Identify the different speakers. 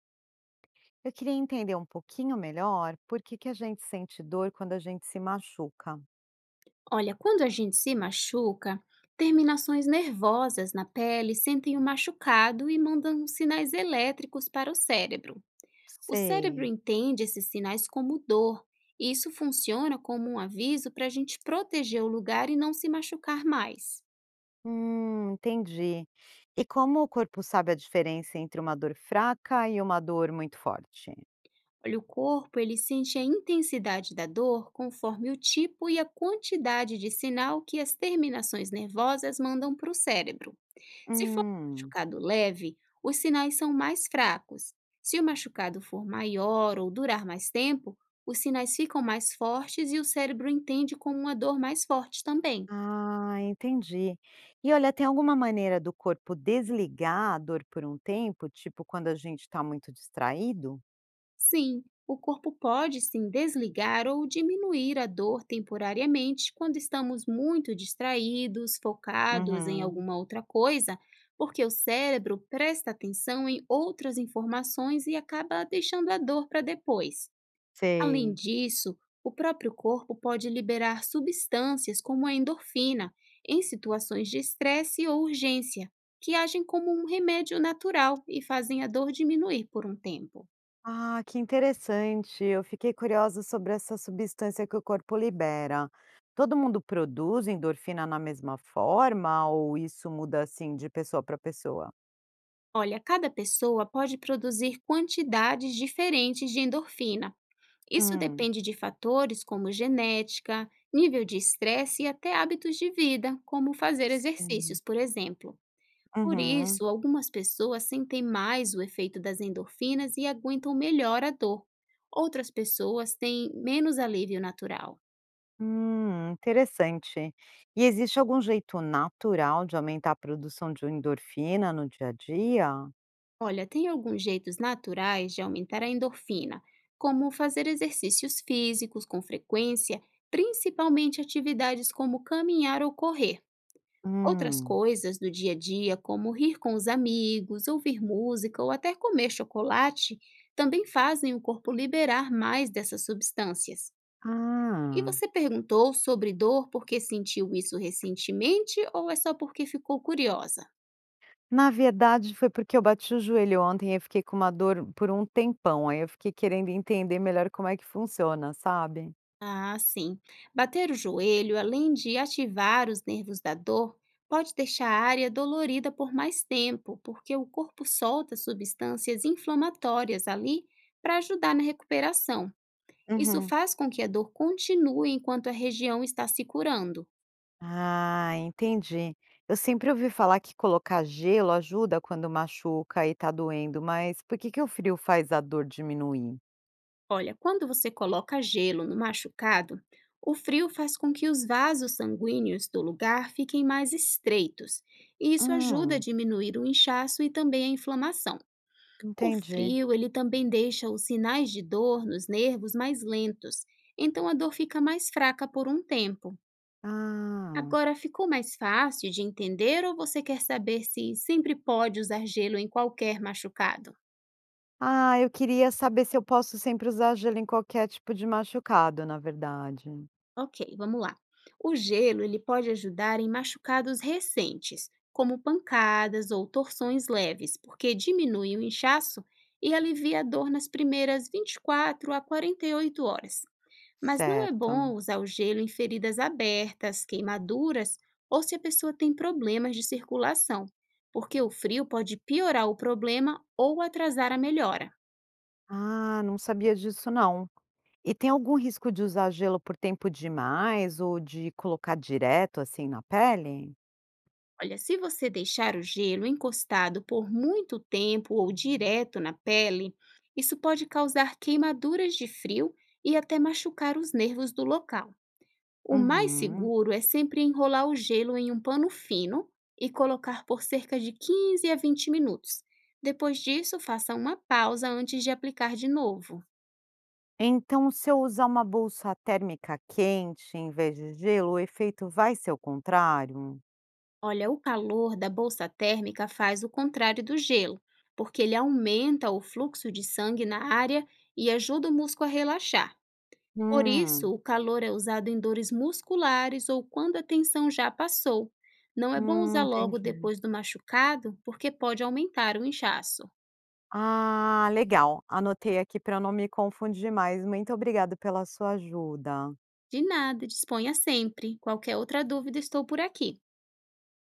Speaker 1: Eu queria entender um pouquinho melhor por que que a gente sente dor quando a gente se machuca.
Speaker 2: Olha, quando a gente se machuca, terminações nervosas na pele sentem o machucado e mandam sinais elétricos para o cérebro. O cérebro
Speaker 1: Sei.
Speaker 2: entende esses sinais como dor, e isso funciona como um aviso para a gente proteger o lugar e não se machucar mais.
Speaker 1: Entendi. E como o corpo sabe a diferença entre uma dor fraca e uma dor muito forte?
Speaker 2: Olha, o corpo ele sente a intensidade da dor conforme o tipo e a quantidade de sinal que as terminações nervosas mandam para o cérebro. Se for um
Speaker 1: Hum,
Speaker 2: machucado leve, os sinais são mais fracos. Se o machucado for maior ou durar mais tempo, os sinais ficam mais fortes e o cérebro entende como uma dor mais forte também.
Speaker 1: ah, entendi. E olha, tem alguma maneira do corpo desligar a dor por um tempo, tipo quando a gente está muito distraído?
Speaker 2: Sim, o corpo pode sim desligar ou diminuir a dor temporariamente quando estamos muito distraídos, focados em
Speaker 1: Uhum.
Speaker 2: alguma outra coisa, porque o cérebro presta atenção em outras informações e acaba deixando a dor para depois. Além
Speaker 1: Sei.
Speaker 2: disso, o próprio corpo pode liberar substâncias como a endorfina em situações de estresse ou urgência, que agem como um remédio natural e fazem a dor diminuir por um tempo.
Speaker 1: Ah, que interessante! Eu fiquei curiosa sobre essa substância que o corpo libera. Todo mundo produz endorfina na mesma forma ou isso muda assim de pessoa para pessoa?
Speaker 2: Olha, cada pessoa pode produzir quantidades diferentes de endorfina. Isso
Speaker 1: Hum,
Speaker 2: depende de fatores como genética, nível de estresse e até hábitos de vida, como fazer
Speaker 1: sim.
Speaker 2: exercícios, por exemplo. Por
Speaker 1: Uhum.
Speaker 2: isso, algumas pessoas sentem mais o efeito das endorfinas e aguentam melhor a dor. Outras pessoas têm menos alívio natural.
Speaker 1: Interessante. E existe algum jeito natural de aumentar a produção de endorfina no dia a dia?
Speaker 2: Olha, tem alguns jeitos naturais de aumentar a endorfina, como fazer exercícios físicos com frequência, principalmente atividades como caminhar ou correr. Outras
Speaker 1: Hum.
Speaker 2: coisas do dia a dia, como rir com os amigos, ouvir música ou até comer chocolate, também fazem o corpo liberar mais dessas substâncias. E
Speaker 1: Ah.
Speaker 2: você perguntou sobre dor porque sentiu isso recentemente ou é só porque ficou curiosa?
Speaker 1: Na verdade, foi porque eu bati o joelho ontem e eu fiquei com uma dor por um tempão. Aí eu fiquei querendo entender melhor como é que funciona, sabe?
Speaker 2: Ah, sim. Bater o joelho, além de ativar os nervos da dor, pode deixar a área dolorida por mais tempo, porque o corpo solta substâncias inflamatórias ali para ajudar na recuperação. Isso
Speaker 1: Uhum.
Speaker 2: faz com que a dor continue enquanto a região está se curando.
Speaker 1: Ah, entendi. Eu sempre ouvi falar que colocar gelo ajuda quando machuca e tá doendo, mas por que que o frio faz a dor diminuir?
Speaker 2: Olha, quando você coloca gelo no machucado, o frio faz com que os vasos sanguíneos do lugar fiquem mais estreitos, e isso ajuda a
Speaker 1: Hum,
Speaker 2: diminuir o inchaço e também a inflamação. O
Speaker 1: entendi.
Speaker 2: frio, ele também deixa os sinais de dor nos nervos mais lentos, então a dor fica mais fraca por um tempo.
Speaker 1: Ah.
Speaker 2: Agora, ficou mais fácil de entender ou você quer saber se sempre pode usar gelo em qualquer machucado?
Speaker 1: Ah, eu queria saber se eu posso sempre usar gelo em qualquer tipo de machucado, na verdade.
Speaker 2: Ok, vamos lá. O gelo ele pode ajudar em machucados recentes, como pancadas ou torções leves, porque diminui o inchaço e alivia a dor nas primeiras 24 a 48 horas. Mas não é bom
Speaker 1: Certo.
Speaker 2: usar o gelo em feridas abertas, queimaduras ou se a pessoa tem problemas de circulação, porque o frio pode piorar o problema ou atrasar a melhora.
Speaker 1: Ah, não sabia disso não. E tem algum risco de usar gelo por tempo demais ou de colocar direto, assim, na pele?
Speaker 2: Olha, se você deixar o gelo encostado por muito tempo ou direto na pele, isso pode causar queimaduras de frio e até machucar os nervos do local. O mais
Speaker 1: Uhum.
Speaker 2: seguro é sempre enrolar o gelo em um pano fino e colocar por cerca de 15 a 20 minutos. Depois disso, faça uma pausa antes de aplicar de novo.
Speaker 1: Então, se eu usar uma bolsa térmica quente em vez de gelo, o efeito vai ser o contrário?
Speaker 2: Olha, o calor da bolsa térmica faz o contrário do gelo, porque ele aumenta o fluxo de sangue na área e ajuda o músculo a relaxar. Por
Speaker 1: Hum,
Speaker 2: isso, o calor é usado em dores musculares ou quando a tensão já passou. Não é bom usar logo
Speaker 1: entendi.
Speaker 2: depois do machucado, porque pode aumentar o inchaço.
Speaker 1: Ah, legal. Anotei aqui para não me confundir mais. Muito obrigada pela sua ajuda.
Speaker 2: De nada, disponha sempre. Qualquer outra dúvida, estou por aqui.